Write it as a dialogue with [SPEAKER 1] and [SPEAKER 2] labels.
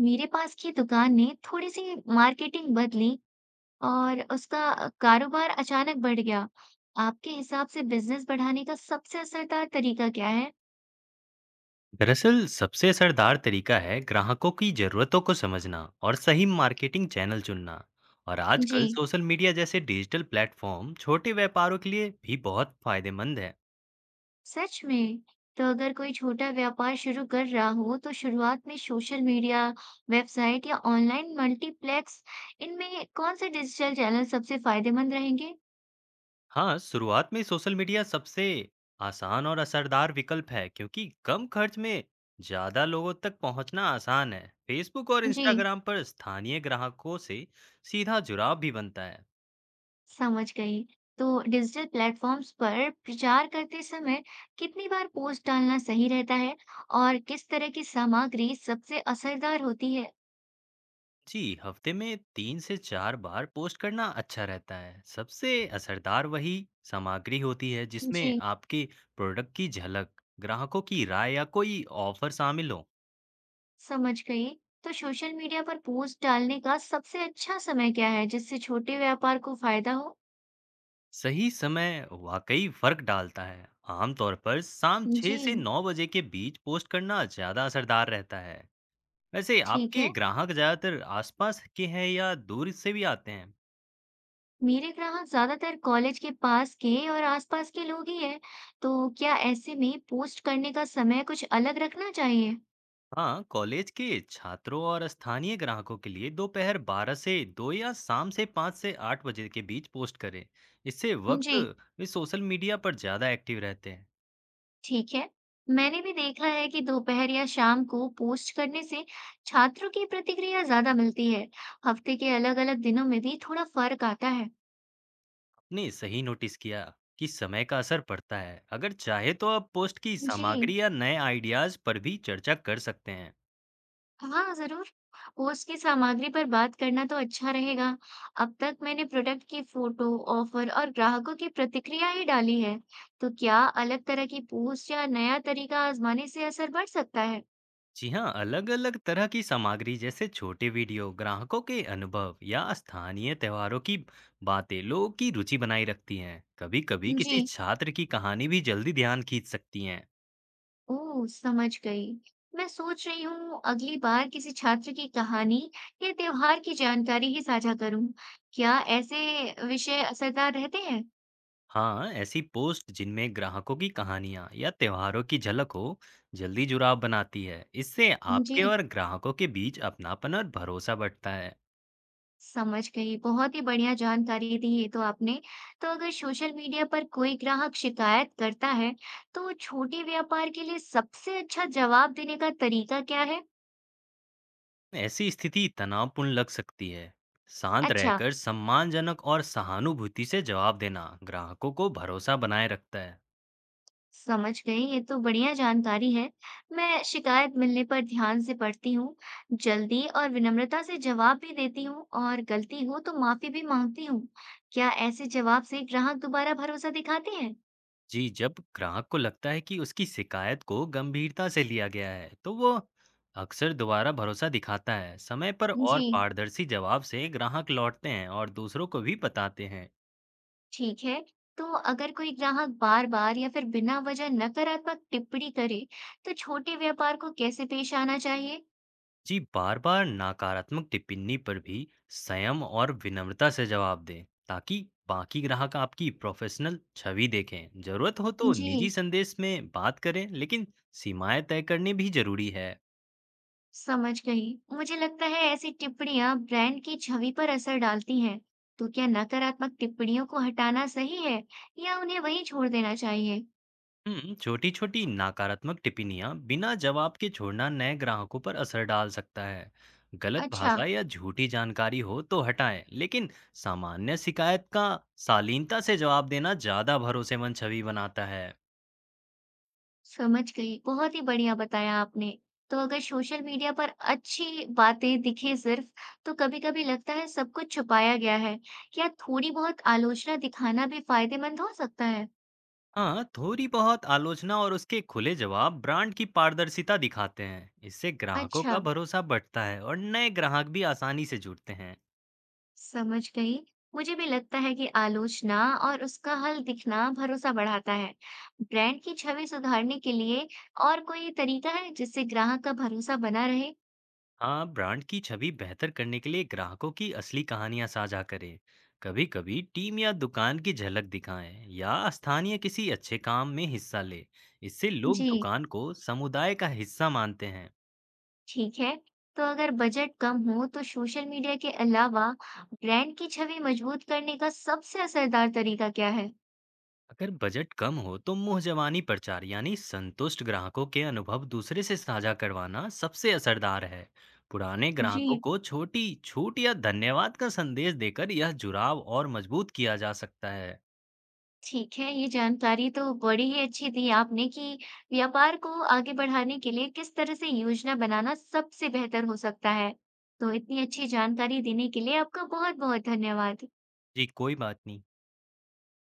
[SPEAKER 1] मेरे पास की दुकान ने थोड़ी सी मार्केटिंग बदली और उसका कारोबार अचानक बढ़ गया। आपके हिसाब से बिजनेस बढ़ाने का सबसे असरदार तरीका क्या है?
[SPEAKER 2] दरअसल सबसे असरदार तरीका है ग्राहकों की जरूरतों को समझना और सही मार्केटिंग चैनल चुनना। और
[SPEAKER 1] जी,
[SPEAKER 2] आजकल सोशल मीडिया जैसे डिजिटल प्लेटफॉर्म छोटे व्यापारों के लिए भी बहुत फायदेमंद है।
[SPEAKER 1] सच में। तो अगर कोई छोटा व्यापार शुरू कर रहा हो, तो शुरुआत में सोशल मीडिया, वेबसाइट या ऑनलाइन मल्टीप्लेक्स इनमें कौन से डिजिटल चैनल सबसे फायदेमंद रहेंगे?
[SPEAKER 2] हाँ, शुरुआत में सोशल मीडिया सबसे आसान और असरदार विकल्प है क्योंकि कम खर्च में ज्यादा लोगों तक पहुंचना आसान है। फेसबुक और
[SPEAKER 1] जी,
[SPEAKER 2] इंस्टाग्राम पर स्थानीय ग्राहकों से सीधा जुड़ाव भी बनता है।
[SPEAKER 1] समझ गई। तो डिजिटल प्लेटफॉर्म्स पर प्रचार करते समय कितनी बार पोस्ट डालना सही रहता है और किस तरह की सामग्री सबसे असरदार होती है?
[SPEAKER 2] जी, हफ्ते में 3 से 4 बार पोस्ट करना अच्छा रहता है। सबसे असरदार वही सामग्री होती है जिसमें
[SPEAKER 1] जी,
[SPEAKER 2] आपके प्रोडक्ट की झलक, ग्राहकों की राय या कोई ऑफर शामिल हो।
[SPEAKER 1] समझ गई। तो सोशल मीडिया पर पोस्ट डालने का सबसे अच्छा समय क्या है जिससे छोटे व्यापार को फायदा हो?
[SPEAKER 2] सही समय वाकई फ़र्क डालता है। आमतौर पर शाम
[SPEAKER 1] जी,
[SPEAKER 2] 6 से 9 बजे के बीच पोस्ट करना ज़्यादा असरदार रहता है। वैसे
[SPEAKER 1] ठीक
[SPEAKER 2] आपके
[SPEAKER 1] है।
[SPEAKER 2] ग्राहक ज़्यादातर आसपास के हैं या दूर से भी आते हैं?
[SPEAKER 1] मेरे ग्राहक ज्यादातर कॉलेज के पास के और आसपास के लोग ही हैं, तो क्या ऐसे में पोस्ट करने का समय कुछ अलग रखना चाहिए?
[SPEAKER 2] हाँ, कॉलेज के छात्रों और स्थानीय ग्राहकों के लिए दोपहर 12 से 2 या शाम से 5 से 8 बजे के बीच पोस्ट करें। इससे वक्त
[SPEAKER 1] जी।
[SPEAKER 2] वे सोशल मीडिया पर ज़्यादा एक्टिव रहते हैं।
[SPEAKER 1] ठीक है। मैंने भी देखा है कि दोपहर या शाम को पोस्ट करने से छात्रों की प्रतिक्रिया ज्यादा मिलती है। हफ्ते के अलग अलग दिनों में भी थोड़ा फर्क आता है।
[SPEAKER 2] आपने सही नोटिस किया कि समय का असर पड़ता है। अगर चाहे तो आप पोस्ट की
[SPEAKER 1] जी,
[SPEAKER 2] सामग्री या नए आइडियाज़ पर भी चर्चा कर सकते हैं।
[SPEAKER 1] हाँ जरूर। पोस्ट की सामग्री पर बात करना तो अच्छा रहेगा। अब तक मैंने प्रोडक्ट की फोटो, ऑफर और ग्राहकों की प्रतिक्रिया ही डाली है, तो क्या अलग तरह की पोस्ट या नया तरीका आजमाने से असर बढ़ सकता है?
[SPEAKER 2] जी हाँ, अलग-अलग तरह की सामग्री जैसे छोटे वीडियो, ग्राहकों के अनुभव या स्थानीय त्योहारों की बातें लोगों की रुचि बनाए रखती हैं। कभी-कभी
[SPEAKER 1] जी,
[SPEAKER 2] किसी छात्र की कहानी भी जल्दी ध्यान खींच सकती हैं।
[SPEAKER 1] ओह समझ गई। मैं सोच रही हूँ अगली बार किसी छात्र की कहानी या त्योहार की जानकारी ही साझा करूँ। क्या ऐसे विषय असरदार रहते हैं?
[SPEAKER 2] हाँ, ऐसी पोस्ट जिनमें ग्राहकों की कहानियाँ या त्योहारों की झलक हो जल्दी जुड़ाव बनाती है। इससे
[SPEAKER 1] जी,
[SPEAKER 2] आपके और ग्राहकों के बीच अपनापन और भरोसा बढ़ता है।
[SPEAKER 1] समझ गई। बहुत ही बढ़िया जानकारी दी है तो आपने। तो अगर सोशल मीडिया पर कोई ग्राहक शिकायत करता है, तो छोटे व्यापार के लिए सबसे अच्छा जवाब देने का तरीका क्या है?
[SPEAKER 2] ऐसी स्थिति तनावपूर्ण लग सकती है। शांत
[SPEAKER 1] अच्छा,
[SPEAKER 2] रहकर सम्मानजनक और सहानुभूति से जवाब देना ग्राहकों को भरोसा बनाए रखता है।
[SPEAKER 1] समझ गई, ये तो बढ़िया जानकारी है। मैं शिकायत मिलने पर ध्यान से पढ़ती हूँ, जल्दी और विनम्रता से जवाब भी देती हूँ और गलती हो तो माफी भी मांगती हूँ। क्या ऐसे जवाब से ग्राहक दोबारा भरोसा दिखाते हैं?
[SPEAKER 2] जी, जब ग्राहक को लगता है कि उसकी शिकायत को गंभीरता से लिया गया है, तो वो अक्सर दोबारा भरोसा दिखाता है। समय पर
[SPEAKER 1] जी,
[SPEAKER 2] और पारदर्शी जवाब से ग्राहक लौटते हैं और दूसरों को भी बताते हैं।
[SPEAKER 1] ठीक है, तो अगर कोई ग्राहक बार-बार या फिर बिना वजह नकारात्मक टिप्पणी करे, तो छोटे व्यापार को कैसे पेश आना चाहिए?
[SPEAKER 2] जी, बार-बार नकारात्मक टिप्पणी पर भी संयम और विनम्रता से जवाब दें, ताकि बाकी ग्राहक आपकी प्रोफेशनल छवि देखें। जरूरत हो तो
[SPEAKER 1] जी,
[SPEAKER 2] निजी संदेश में बात करें, लेकिन सीमाएं तय करनी भी जरूरी है।
[SPEAKER 1] समझ गई। मुझे लगता है ऐसी टिप्पणियां ब्रांड की छवि पर असर डालती हैं। तो क्या नकारात्मक टिप्पणियों को हटाना सही है या उन्हें वहीं छोड़ देना चाहिए?
[SPEAKER 2] हम्म, छोटी-छोटी नकारात्मक टिप्पणियां बिना जवाब के छोड़ना नए ग्राहकों पर असर डाल सकता है। गलत
[SPEAKER 1] अच्छा,
[SPEAKER 2] भाषा या झूठी जानकारी हो तो हटाएं, लेकिन सामान्य शिकायत का शालीनता से जवाब देना ज्यादा भरोसेमंद छवि बनाता है।
[SPEAKER 1] समझ गई। बहुत ही बढ़िया बताया आपने। तो अगर सोशल मीडिया पर अच्छी बातें दिखे सिर्फ, तो कभी-कभी लगता है सब कुछ छुपाया गया है। क्या थोड़ी बहुत आलोचना दिखाना भी फायदेमंद हो सकता है?
[SPEAKER 2] हाँ, थोड़ी बहुत आलोचना और उसके खुले जवाब ब्रांड की पारदर्शिता दिखाते हैं। इससे ग्राहकों का
[SPEAKER 1] अच्छा।
[SPEAKER 2] भरोसा बढ़ता है और नए ग्राहक भी आसानी से जुड़ते हैं।
[SPEAKER 1] समझ गई। मुझे भी लगता है कि आलोचना और उसका हल दिखना भरोसा बढ़ाता है। ब्रांड की छवि सुधारने के लिए और कोई तरीका है जिससे ग्राहक का भरोसा बना रहे?
[SPEAKER 2] हाँ, ब्रांड की छवि बेहतर करने के लिए ग्राहकों की असली कहानियां साझा करें। कभी-कभी टीम या दुकान की झलक दिखाएं या स्थानीय किसी अच्छे काम में हिस्सा लें। इससे लोग
[SPEAKER 1] जी,
[SPEAKER 2] दुकान को समुदाय का हिस्सा मानते हैं।
[SPEAKER 1] ठीक है। तो अगर बजट कम हो तो सोशल मीडिया के अलावा ब्रांड की छवि मजबूत करने का सबसे असरदार तरीका क्या है?
[SPEAKER 2] अगर बजट कम हो तो मुंह जबानी प्रचार यानी संतुष्ट ग्राहकों के अनुभव दूसरे से साझा करवाना सबसे असरदार है। पुराने
[SPEAKER 1] जी,
[SPEAKER 2] ग्राहकों को छोटी छूट या धन्यवाद का संदेश देकर यह जुड़ाव और मजबूत किया जा सकता है।
[SPEAKER 1] ठीक है, ये जानकारी तो बड़ी ही अच्छी दी आपने कि व्यापार को आगे बढ़ाने के लिए किस तरह से योजना बनाना सबसे बेहतर हो सकता है। तो इतनी अच्छी जानकारी देने के लिए आपका बहुत-बहुत धन्यवाद।
[SPEAKER 2] जी, कोई बात नहीं।